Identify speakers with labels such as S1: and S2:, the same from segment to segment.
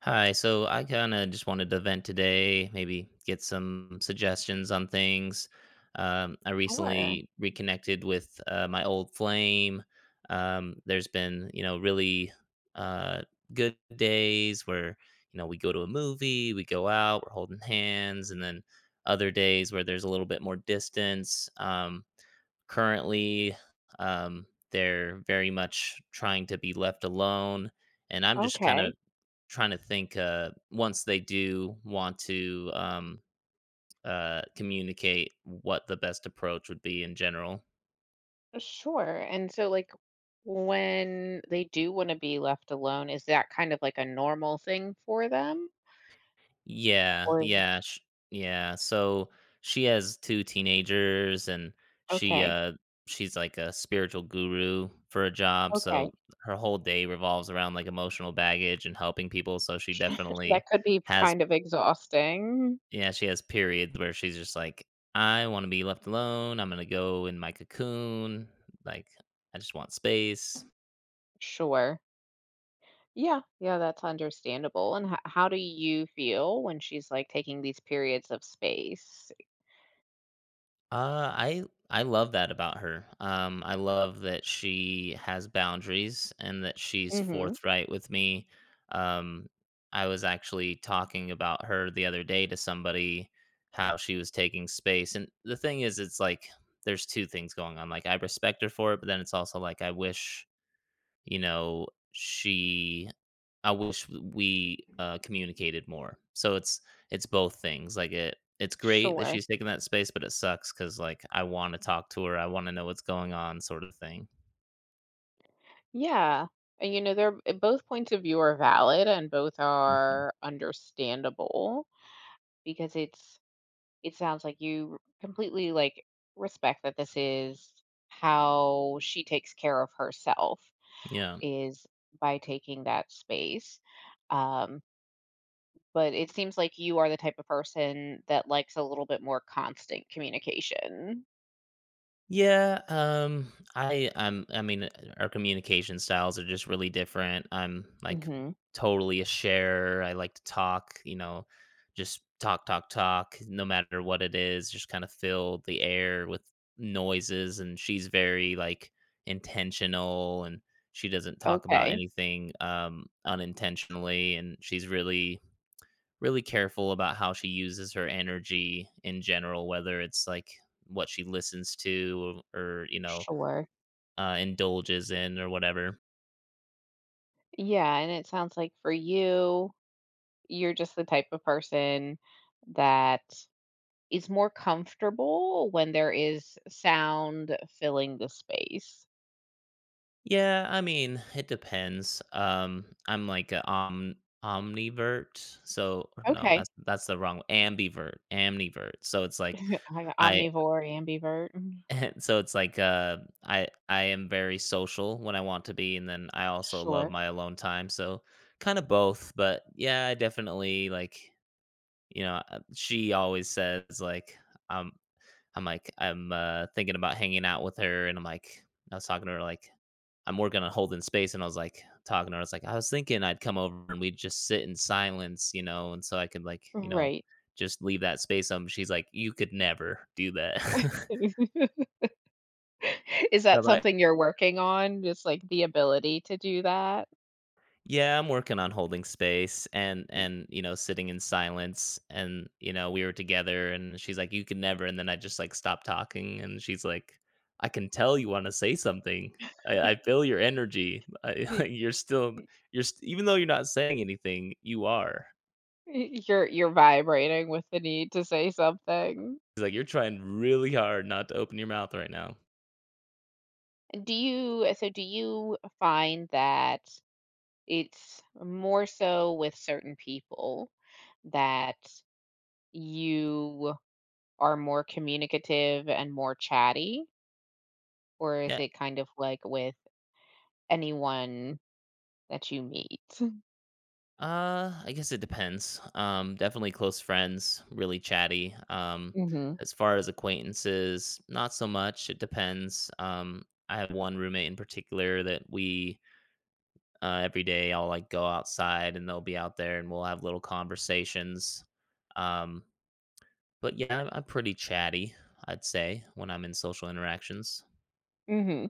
S1: Hi, so I kind of just wanted to vent today, maybe get some suggestions on things. I
S2: Sure.
S1: recently reconnected with my old flame. There's been, you know, really uh, good days where, you know, we go to a movie, we go out, we're holding hands, and then other days where there's a little bit more distance. Currently um, they're very much trying to be left alone, and I'm just kind of
S2: Okay.
S1: trying to think, once they do want to, communicate, what the best approach would be in general.
S2: Sure. And so, like, when they do want to be left alone, is that kind of like a normal thing for them?
S1: Yeah,
S2: Or is
S1: yeah, sh yeah, so she has 2 teenagers, and she,
S2: okay.
S1: uh she's like a spiritual guru for a job, so
S2: Okay.
S1: her whole day revolves around, like, emotional baggage and helping people, so she
S2: That
S1: definitely
S2: could be
S1: has.
S2: kind of exhausting.
S1: Yeah, she has periods where she's just like, "I wanna be left alone, I'm gonna go in my cocoon, like, I just want space."
S2: Sure. Yeah. Yeah. That's understandable. And how do you feel when she's like taking these periods of space?
S1: Uh, I I love that about her. I love that she has boundaries and that she's
S2: Mm-hmm.
S1: forthright with me. Um, I was actually talking about her the other day to somebody, how she was taking space, and the thing is, it's like, there's 2 things going on, like, I respect her for it, but then it's also like, I wish you know, she I wish we, communicated more. So it's both things, like, it's great that
S2: Sure.
S1: she's taking that space, but it sucks because like, I wanna talk to her, I wanna know what's going on sort of thing.
S2: Yeah. And you know, they're both points of view are valid and both
S1: Mhm.
S2: are understandable because it sounds like you completely like respect that this is how she takes care of herself
S1: Yeah.
S2: is by taking that space, um but it seems like you are the type of person that likes a little bit more constant communication.
S1: Yeah, I I'm I mean, our communication styles are just really different. I'm like
S2: Mhm.
S1: totally a sharer. I like to talk, you know, just talk, talk, talk, no matter what it is, just kind of fill the air with noises. And she's very like intentional, and she doesn't talk about
S2: Okay.
S1: anything unintentionally. And she's really really careful about how she uses her energy in general, whether it's like what she listens to or you know,
S2: Sure.
S1: indulges in or whatever.
S2: Yeah. And it sounds like for you, you're just the type of person that is more comfortable when there is sound filling the space.
S1: Yeah, I mean, it depends. I'm like a om omnivert, so or no,
S2: Okay.
S1: that's the wrong ambivert, amnivert. So it's like
S2: I
S1: I
S2: omnivore, ambivert. Mhm.
S1: so it's like I am very social when I want to be, and then I also love
S2: Sure.
S1: my alone time. So kind of both, but yeah, I definitely like. You know, she always says like, um, I'm like, I'm thinking about hanging out with her, and I'm like, I was talking to her like, I'm working on holding space, and I was like talking to her. I was like, I was thinking I'd come over and we'd just sit in silence, you know, and so I could like, you know,
S2: Right.
S1: just leave that space. She's like, you could never do that.
S2: Is
S1: And
S2: that
S1: I'm like,
S2: something you're working on? Just like the ability to do that?
S1: yeah, I'm working on holding space, and you know sitting in silence, and you know we were together, and she's like you can never, and then I just like stopped talking, and she's like I can tell you want to say something. I feel your energy. I,
S2: Y
S1: you're still even though you're not saying anything, you are.
S2: y You're vibrating with the need to say something.
S1: She's like you're trying really hard not to open your mouth right now.
S2: Do you find that it's more so with certain people that you are more communicative and more chatty? Or is
S1: Yeah.
S2: it kind of like with anyone that you meet.
S1: I guess it depends. Definitely close friends, really chatty.
S2: Mhm,
S1: As far as acquaintances, not so much. It depends. I have one roommate in particular that we every day I'll like go outside, and they'll be out there, and we'll have little conversations. Um, but yeah, I'm pretty chatty, I'd say, when I'm in social interactions.
S2: mhm.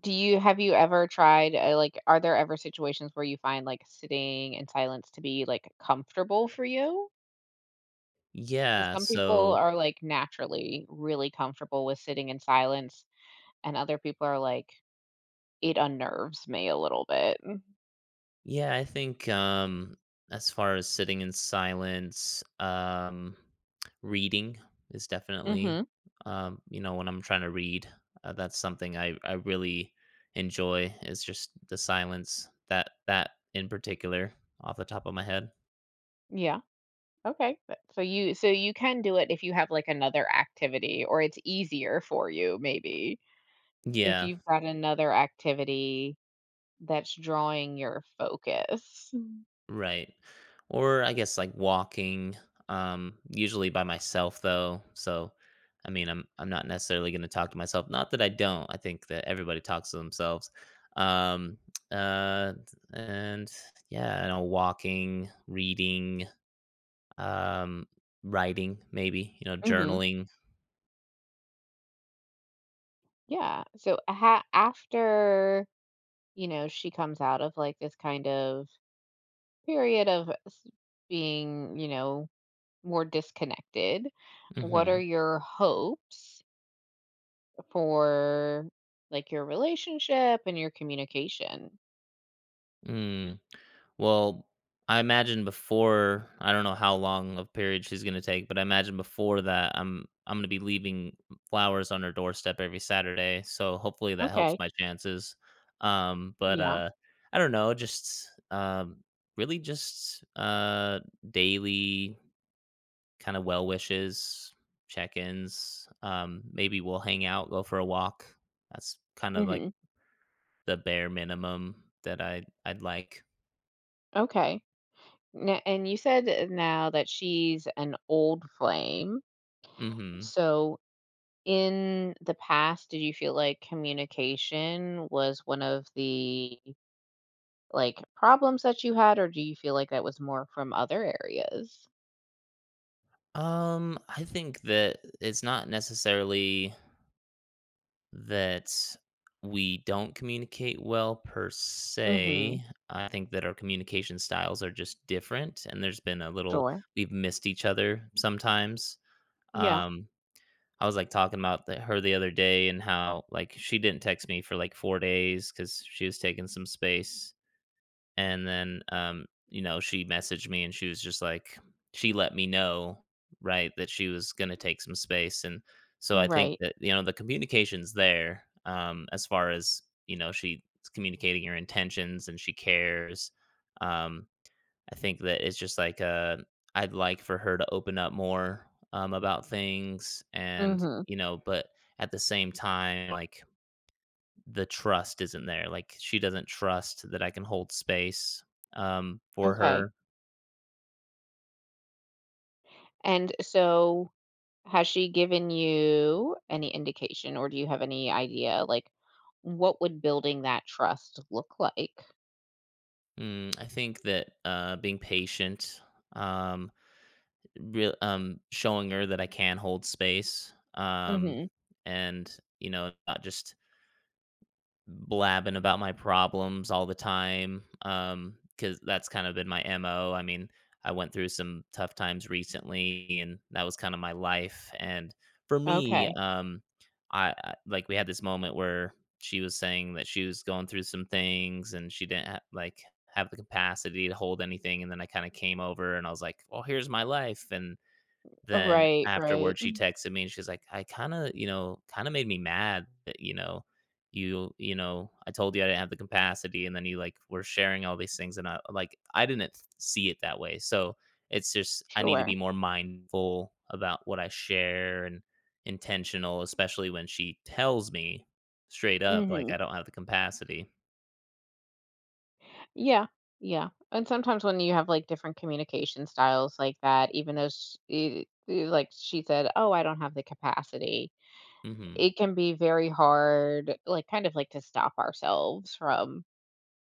S2: Do you Have you ever tried, like are there ever situations where you find, like, sitting in silence to be, like, comfortable for you? 'Cause
S1: Yeah,
S2: some people
S1: so
S2: are, like, naturally really comfortable with sitting in silence, and other people are like, "It unnerves me a little bit."
S1: yeah, I think as far as sitting in silence, reading is definitely
S2: Mhm.
S1: you know when I'm trying to read, that's something I really enjoy is just the silence, that that in particular off the top of my head.
S2: Yeah. Okay. But you can do it if you have, like, another activity, or it's easier for you maybe if
S1: Yeah.
S2: you've got another activity that's drawing your focus. Mhm.
S1: Right. Or I guess like walking, usually by myself though. So I mean I'm not necessarily gonna talk to myself. Not that I don't. I think that everybody talks to themselves. Um uh and yeah, you know, walking, reading, um, writing maybe, you know,
S2: Mhm.
S1: journaling.
S2: Yeah. So ha after, you know, she comes out of like this kind of period of being, you know, more disconnected, what are
S1: Mm-hmm.
S2: your hopes for like your relationship and your communication?
S1: mm. Well, I imagine before I don't know how long of period she's gonna take, but I imagine before that, I'm gonna be leaving flowers on her doorstep every Saturday, so hopefully that helps
S2: Okay.
S1: my chances. Um, but,
S2: Yeah.
S1: uh, I don't know, just, really just, daily kinda well wishes, check-ins, maybe we'll hang out, go for a walk. That's kinda like
S2: Hmm.
S1: the bare minimum that I'd like.
S2: Okay. Now, and you said, now that she's an old flame.
S1: Mhm.
S2: So in the past, did you feel like communication was one of the, like, problems that you had, or do you feel like that was more from other areas?
S1: I think that it's not necessarily that we don't communicate well per
S2: Mhm.
S1: se. I think that our communication styles are just different, and there's been a little
S2: Sure.
S1: we've missed each other sometimes.
S2: Yeah.
S1: Um, I was like talking about her the other day and how like she didn't text me for like 4 days because she was taking some space, and then, you know, she messaged me, and she was just like she let me know, right, that she was gonna take some space, and so I think
S2: Right.
S1: that, you know, the communication's there, as far as, you know, she's communicating her intentions, and she cares. Um, I think that it's just like, I'd like for her to open up more, about things, and,
S2: Mhm.
S1: you know, but at the same time, like the trust isn't there. Like she doesn't trust that I can hold space for
S2: Okay.
S1: her.
S2: And so, has she given you any indication, or do you have any idea, like, what would building that trust look like?
S1: Mm, I think that being patient, um, real, showing her that I can hold space,
S2: Mhm.
S1: and you know, not just blabbing about my problems all the time, because that's kind of been my MO. I mean, I went through some tough times recently, and that was kind of my life, and for me,
S2: Okay.
S1: I like, we had this moment where she was saying that she was going through some things, and she didn't ha like, have the capacity to hold anything, and then I kinda came over, and I was like, "Well, here's my life," and then
S2: Right, right.
S1: afterwards, she
S2: Mm.
S1: texted me, and she's like, "I kinda, you know kinda made me mad that, you know, you know, I told you I didn't have the capacity, and then you, like, were sharing all these things, and I like, I didn't see it that way." So, it's just I need to
S2: Sure.
S1: be more mindful about what I share and intentional, especially when she tells me straight up, like,
S2: Mhm.
S1: "I don't have the capacity."
S2: Yeah. Yeah. And sometimes when you have like different communication styles like that, even though she, like she said, "Oh, I don't have the capacity."
S1: Mhm.
S2: It can be very hard, like, kind of like to stop ourselves from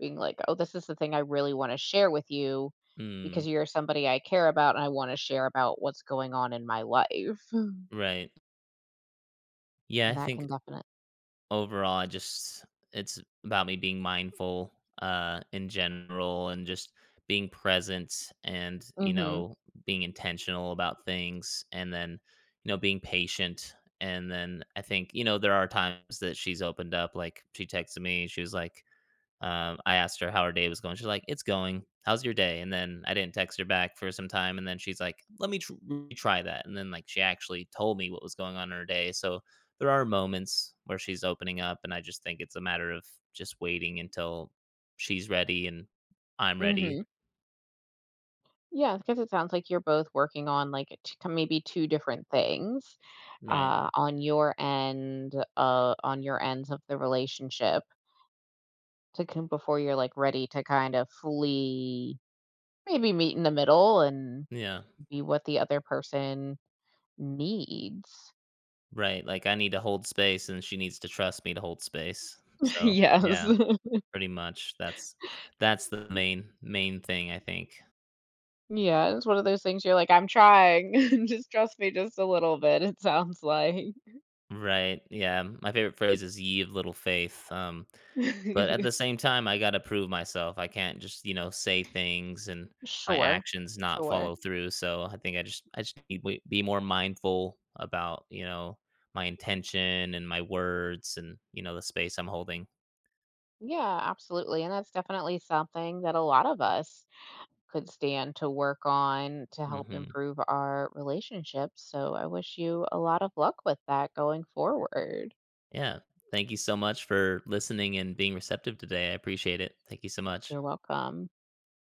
S2: being like, "Oh, this is the thing I really want to share with you because
S1: Mm,
S2: you're somebody I care about and I want to share about what's going on in my life."
S1: right. Yeah, I
S2: That
S1: think
S2: can definitely.
S1: overall, I just it's about me being mindful, in general, and just being present and, you
S2: Mhm.
S1: know, being intentional about things, and then, you know, being patient. And then I think, you know, there are times that she's opened up, like she texted me, she was like, I asked her how her day was going. She's like, "It's going. How's your day?" And then I didn't text her back for some time, and then she's like, "Let me try that." And then like she actually told me what was going on in her day. So there are moments where she's opening up, and I just think it's a matter of just waiting until she's ready and I'm ready.
S2: Mhm. Yeah, because it sounds like you're both working on like maybe two different things,
S1: Right.
S2: on your ends of the relationship to come before you're like ready to kind of fully maybe meet in the middle and
S1: Yeah.
S2: be what the other person needs.
S1: Right. Like I need to hold space, and she needs to trust me to hold space. So,
S2: Yes.
S1: yeah, pretty much that's the main main thing I think.
S2: Yeah, it's one of those things you're like, I'm trying. Just trust me just a little bit, it sounds like.
S1: Right, yeah, my favorite phrase is "Ye of little faith," but at the same time, I gotta prove myself, I can't just, you know, say things and my
S2: Sure,
S1: actions not
S2: sure.
S1: follow through, so I think I just need w be more mindful about, you know, my intention and my words and, you know, the space I'm holding.
S2: Yeah, absolutely. And that's definitely something that a lot of us could stand to work on to help
S1: Mhm,
S2: improve our relationships. So I wish you a lot of luck with that going forward.
S1: yeah, thank you so much for listening and being receptive today, I appreciate it. Thank you so much.
S2: You're welcome.